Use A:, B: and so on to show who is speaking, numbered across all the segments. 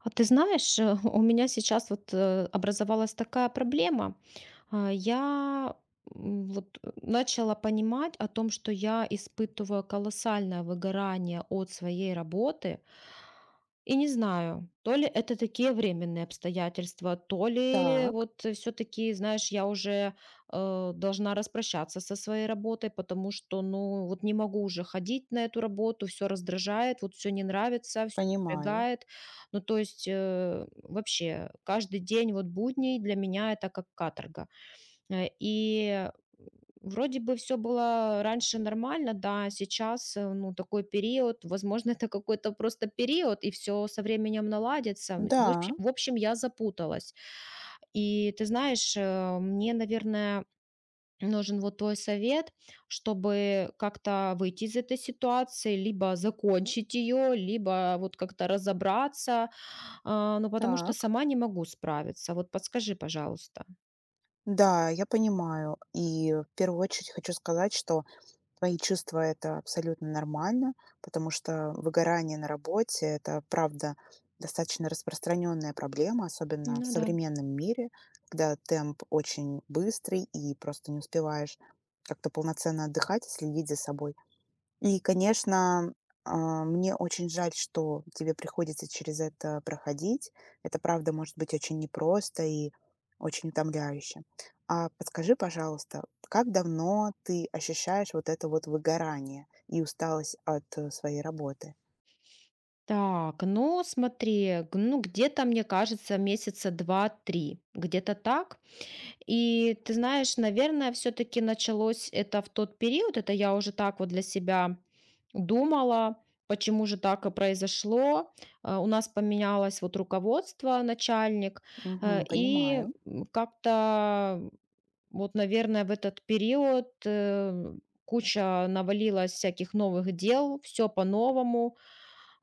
A: А ты знаешь, у меня сейчас вот образовалась такая проблема. Я вот начала понимать о том, что я испытываю колоссальное выгорание от своей работы, и не знаю, то ли это такие временные обстоятельства, то ли
B: Так,
A: вот все-таки, знаешь, я уже должна распрощаться со своей работой, потому что, ну, вот не могу уже ходить на эту работу, все раздражает, вот все не нравится, все
B: понимаю.
A: напрягает. Ну, то есть вообще каждый день вот будний для меня это как каторга. И вроде бы все было раньше нормально, да, сейчас, ну, такой период, возможно, это какой-то просто период, и все со временем наладится. М,
B: Да,
A: в общем в общем, я запуталась. И ты знаешь, мне, наверное, нужен вот твой совет, чтобы как-то выйти из этой ситуации, либо закончить ее, либо вот как-то разобраться, ну, потому что
B: так.
A: сама не могу справиться. Вот подскажи, пожалуйста.
B: Да, я понимаю. И в первую очередь хочу сказать, что твои чувства это абсолютно нормально, потому что выгорание на работе это правда достаточно распространенная проблема, особенно в
A: Ну да.
B: современном мире, когда темп очень быстрый и просто не успеваешь как-то полноценно отдыхать и следить за собой. И, конечно, мне очень жаль, что тебе приходится через это проходить. Это, правда, может быть очень непросто и очень утомляюще. А подскажи, пожалуйста, как давно ты ощущаешь вот это вот выгорание и усталость от своей работы?
A: Так, ну смотри, ну где-то, мне кажется, месяца два-три, где-то так. И ты знаешь, наверное, все-таки началось это в тот период, это я уже так вот для себя думала, почему же так и произошло. У нас поменялось вот руководство, начальник, э,
B: Мгм,
A: и
B: понимаю.
A: м, как-то вот, наверное, в этот период куча навалилось всяких новых дел, все по-новому,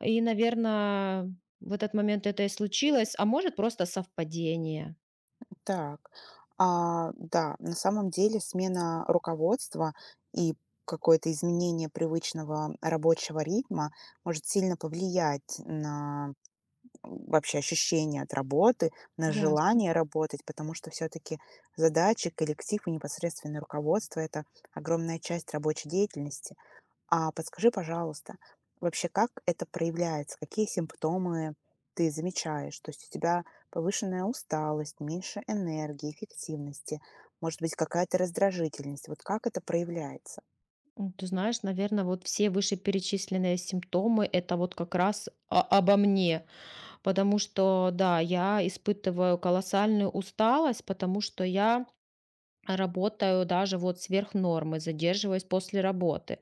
A: и, наверное, в этот момент это и случилось, а может, просто совпадение.
B: Так, да, на самом деле смена руководства и какое-то изменение привычного рабочего ритма может сильно повлиять на вообще ощущение от работы, на
A: Ясно.
B: желание работать, потому что все-таки задачи, коллектив и непосредственное руководство– это огромная часть рабочей деятельности. А подскажи, пожалуйста, вообще как это проявляется, какие симптомы ты замечаешь? То есть у тебя повышенная усталость, меньше энергии, эффективности, может быть, какая-то раздражительность. Вот как это проявляется?
A: Ты знаешь, наверное, вот все вышеперечисленные симптомы — это вот как раз о обо мне, потому что, да, я испытываю колоссальную усталость, потому что я работаю даже вот сверх нормы, задерживаюсь после работы.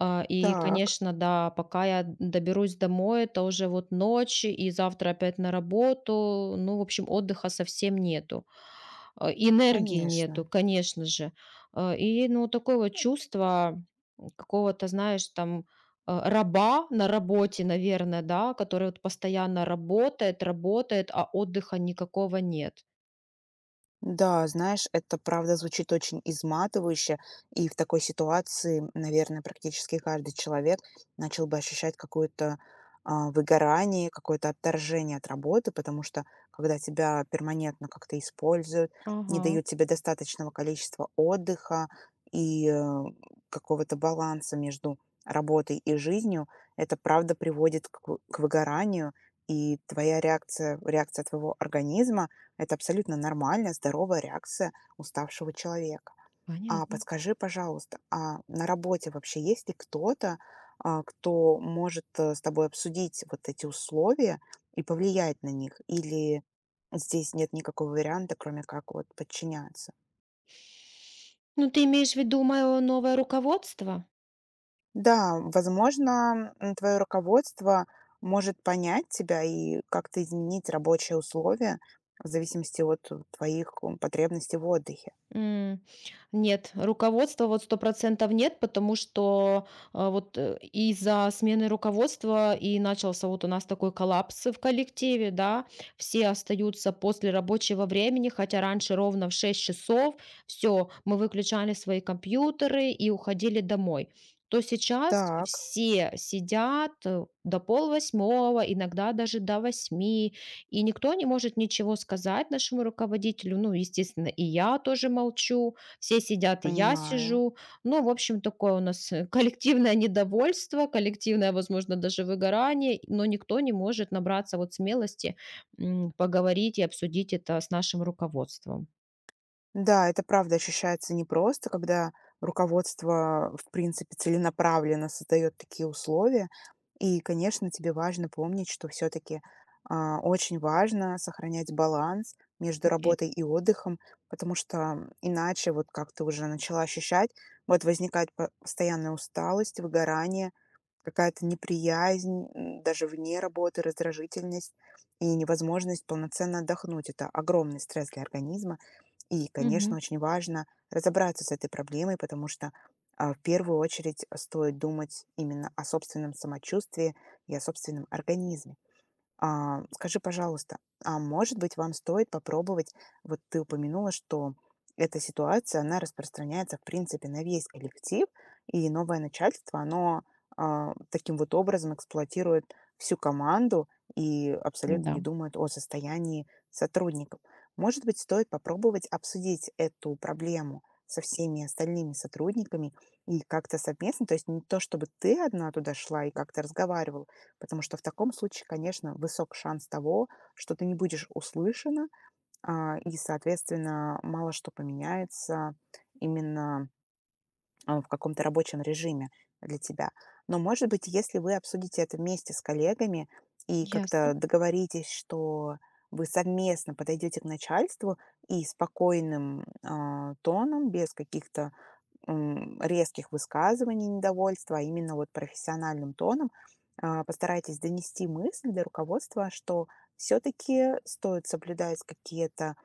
A: И,
B: Так,
A: конечно, да, пока я доберусь домой, это уже вот ночь, и завтра опять на работу. Ну, в общем, отдыха совсем нету. Энергии нету,
B: конечно.
A: конечно же. И, ну, такое вот чувство какого-то, знаешь, там, раба на работе, наверное, да, который вот постоянно работает, работает, а отдыха никакого нет.
B: Да, знаешь, это правда звучит очень изматывающе, и в такой ситуации, наверное, практически каждый человек начал бы ощущать какое-то выгорание, какое-то отторжение от работы, потому что когда тебя перманентно как-то используют, не
A: Ага.
B: дают тебе достаточного количества отдыха и какого-то баланса между работой и жизнью, это правда приводит к выгоранию, и твоя реакция, реакция твоего организма, это абсолютно нормальная, здоровая реакция уставшего человека. А
A: Понятно.
B: подскажи, пожалуйста, а на работе вообще есть ли кто-то, кто может с тобой обсудить вот эти условия и повлиять на них? Или здесь нет никакого варианта, кроме как вот подчиняться?
A: Ну, ты имеешь в виду мое новое руководство?
B: Да, возможно, твое руководство может понять тебя и как-то изменить рабочие условия в зависимости от твоих потребностей в отдыхе.
A: М, нет, руководства вот 100% нет, потому что, вот, из-за смены руководства и начался вот у нас такой коллапс в коллективе, да. Все остаются после рабочего времени, хотя раньше ровно в 6 часов все мы выключали свои компьютеры и уходили домой. То сейчас
B: Так,
A: все сидят, до 7:30, иногда даже до восьми. И никто не может ничего сказать нашему руководителю. Ну, естественно, и я тоже молчу, все сидят, и я
B: понимаю.
A: сижу. Ну, в общем, такое у нас коллективное недовольство, коллективное, возможно, даже выгорание, но никто не может набраться вот смелости поговорить и обсудить это с нашим руководством.
B: Да, это правда ощущается непросто, когда руководство, в принципе, целенаправленно создает такие условия. И, конечно, тебе важно помнить, что все-таки очень важно сохранять баланс между
A: Окей.
B: работой и отдыхом, потому что иначе, вот как ты уже начала ощущать, вот возникает постоянная усталость, выгорание, какая-то неприязнь, даже вне работы, раздражительность и невозможность полноценно отдохнуть. Это огромный стресс для организма. И, конечно,
A: Мгм.
B: очень важно разобраться с этой проблемой, потому что в первую очередь стоит думать именно о собственном самочувствии и о собственном организме. Скажи, пожалуйста, а может быть, вам стоит попробовать, вот ты упомянула, что эта ситуация, она распространяется, в принципе, на весь коллектив, и новое начальство, оно таким вот образом эксплуатирует всю команду и абсолютно не
A: Да.
B: думает о состоянии сотрудников. Может быть, стоит попробовать обсудить эту проблему со всеми остальными сотрудниками и как-то совместно, то есть не то, чтобы ты одна туда шла и как-то разговаривала. Потому что в таком случае, конечно, высок шанс того, что ты не будешь услышана, и, соответственно, мало что поменяется именно в каком-то рабочем режиме для тебя. Но, может быть, если вы обсудите это вместе с коллегами и как-то
A: Ясно.
B: договоритесь, что вы совместно подойдете к начальству и спокойным тоном, без каких-то резких высказываний недовольства, а именно вот профессиональным тоном, постарайтесь донести мысль до руководства, что все-таки стоит соблюдать какие-то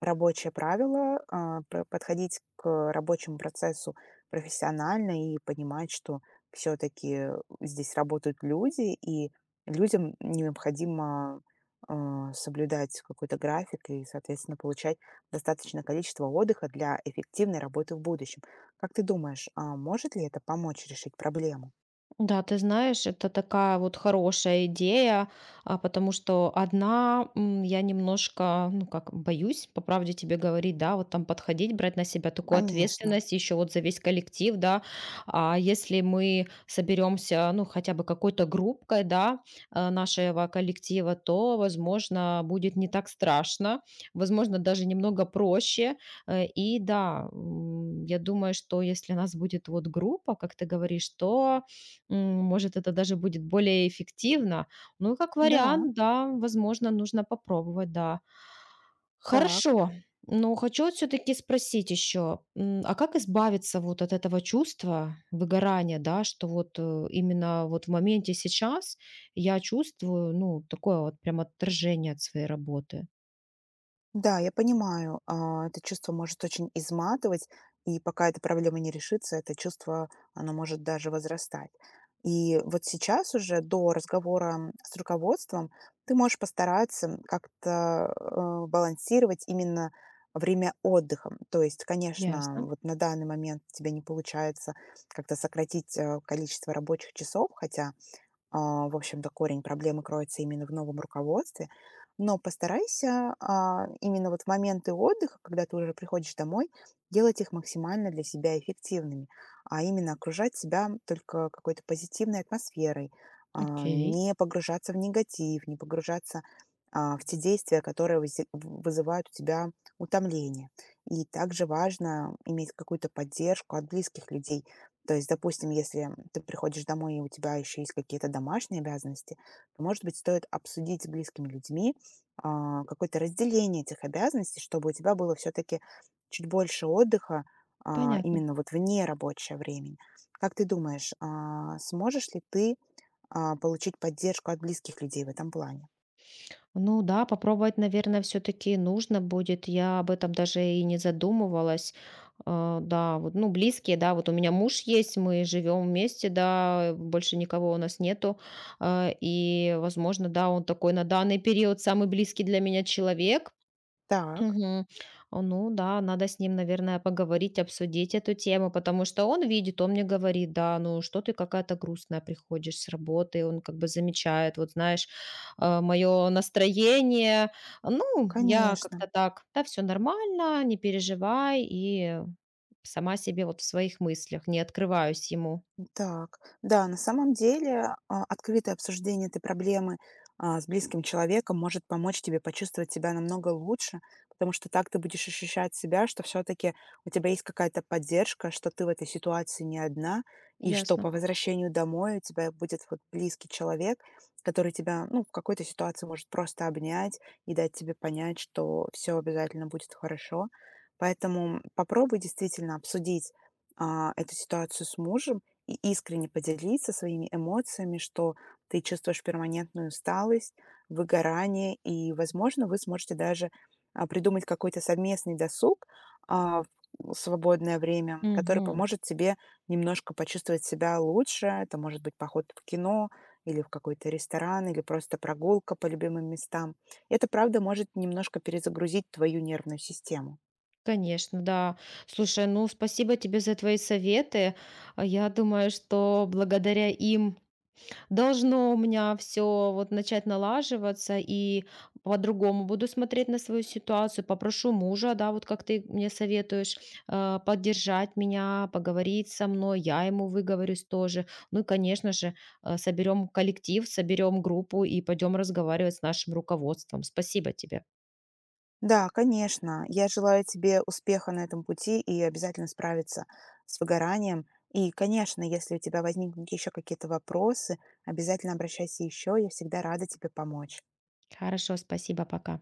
B: рабочее правило, а, п подходить к рабочему процессу профессионально и понимать, что все таки здесь работают люди, и людям необходимо, соблюдать какой-то график и, соответственно, получать достаточное количество отдыха для эффективной работы в будущем. Как ты думаешь, а может ли это помочь решить проблему?
A: Да, ты знаешь, это такая вот хорошая идея, потому что одна я немножко, ну как, боюсь, по правде тебе говорить, да, вот там подходить, брать на себя такую
B: Конечно.
A: ответственность еще вот за весь коллектив, да, а если мы соберемся, ну хотя бы какой-то группкой, да, нашего коллектива, то, возможно, будет не так страшно, возможно, даже немного проще, и да, я думаю, что если нас будет вот группа, как ты говоришь, то М, может, это даже будет более эффективно. Ну, как
B: Да,
A: вариант, да, возможно, нужно попробовать, да.
B: так.
A: Хорошо. Но хочу все-таки спросить еще, а как избавиться вот от этого чувства выгорания, да, что вот именно вот в моменте сейчас я чувствую, ну, такое вот прям отторжение от своей работы.
B: Да, я понимаю, это чувство может очень изматывать, и пока эта проблема не решится, это чувство, оно может даже возрастать. И вот сейчас уже до разговора с руководством ты можешь постараться как-то балансировать именно время отдыха. То есть, конечно,
A: Ясно.
B: вот на данный момент тебе не получается как-то сократить количество рабочих часов, хотя в общем-то, корень проблемы кроется именно в новом руководстве. Но постарайся именно вот в моменты отдыха, когда ты уже приходишь домой, делать их максимально для себя эффективными, а именно окружать себя только какой-то позитивной атмосферой,
A: Окей.
B: не погружаться в негатив, не погружаться в те действия, которые вызывают у тебя утомление. И также важно иметь какую-то поддержку от близких людей, то есть, допустим, если ты приходишь домой, и у тебя еще есть какие-то домашние обязанности, то, может быть, стоит обсудить с близкими людьми какое-то разделение этих обязанностей, чтобы у тебя было все-таки чуть больше отдыха
A: Понятно.
B: именно вот вне рабочего времени. Как ты думаешь, сможешь ли ты получить поддержку от близких людей в этом плане?
A: Ну да, попробовать, наверное, все-таки нужно будет. Я об этом даже и не задумывалась. Да, вот, ну, близкие, да, вот у меня муж есть, мы живем вместе, да, больше никого у нас нету. И, возможно, да, он такой на данный период самый близкий для меня человек.
B: Так,
A: Мгм. Ну да, надо с ним, наверное, поговорить, обсудить эту тему, потому что он видит, он мне говорит, да, ну что ты какая-то грустная приходишь с работы, он как бы замечает, вот знаешь, мое настроение, ну, я
B: конечно.
A: как-то так, да, все нормально, не переживай, и сама себе вот в своих мыслях, не открываюсь ему.
B: Так, да, на самом деле открытое обсуждение этой проблемы с близким человеком может помочь тебе почувствовать себя намного лучше, потому что так ты будешь ощущать себя, что все-таки у тебя есть какая-то поддержка, что ты в этой ситуации не одна, и что
A: Ясно.
B: по возвращению домой у тебя будет вот близкий человек, который тебя, ну, в какой-то ситуации может просто обнять и дать тебе понять, что все обязательно будет хорошо. Поэтому попробуй действительно обсудить эту ситуацию с мужем, и искренне поделиться своими эмоциями, что ты чувствуешь перманентную усталость, выгорание, и, возможно, вы сможете даже придумать какой-то совместный досуг а, в свободное время, который
A: Угу.
B: поможет тебе немножко почувствовать себя лучше. Это может быть поход в кино или в какой-то ресторан, или просто прогулка по любимым местам. Это, правда, может немножко перезагрузить твою нервную систему.
A: Конечно, да. Слушай, ну спасибо тебе за твои советы. Я думаю, что благодаря им должно у меня все вот начать налаживаться, и по-другому буду смотреть на свою ситуацию. Попрошу мужа, да, вот как ты мне советуешь, поддержать меня, поговорить со мной, я ему выговорюсь тоже. Ну и, конечно же, соберем коллектив, соберем группу и пойдем разговаривать с нашим руководством. Спасибо тебе.
B: Да, конечно. Я желаю тебе успеха на этом пути и обязательно справиться с выгоранием. И, конечно, если у тебя возникнут еще какие-то вопросы, обязательно обращайся еще. Я всегда рада тебе помочь.
A: Хорошо, спасибо, пока.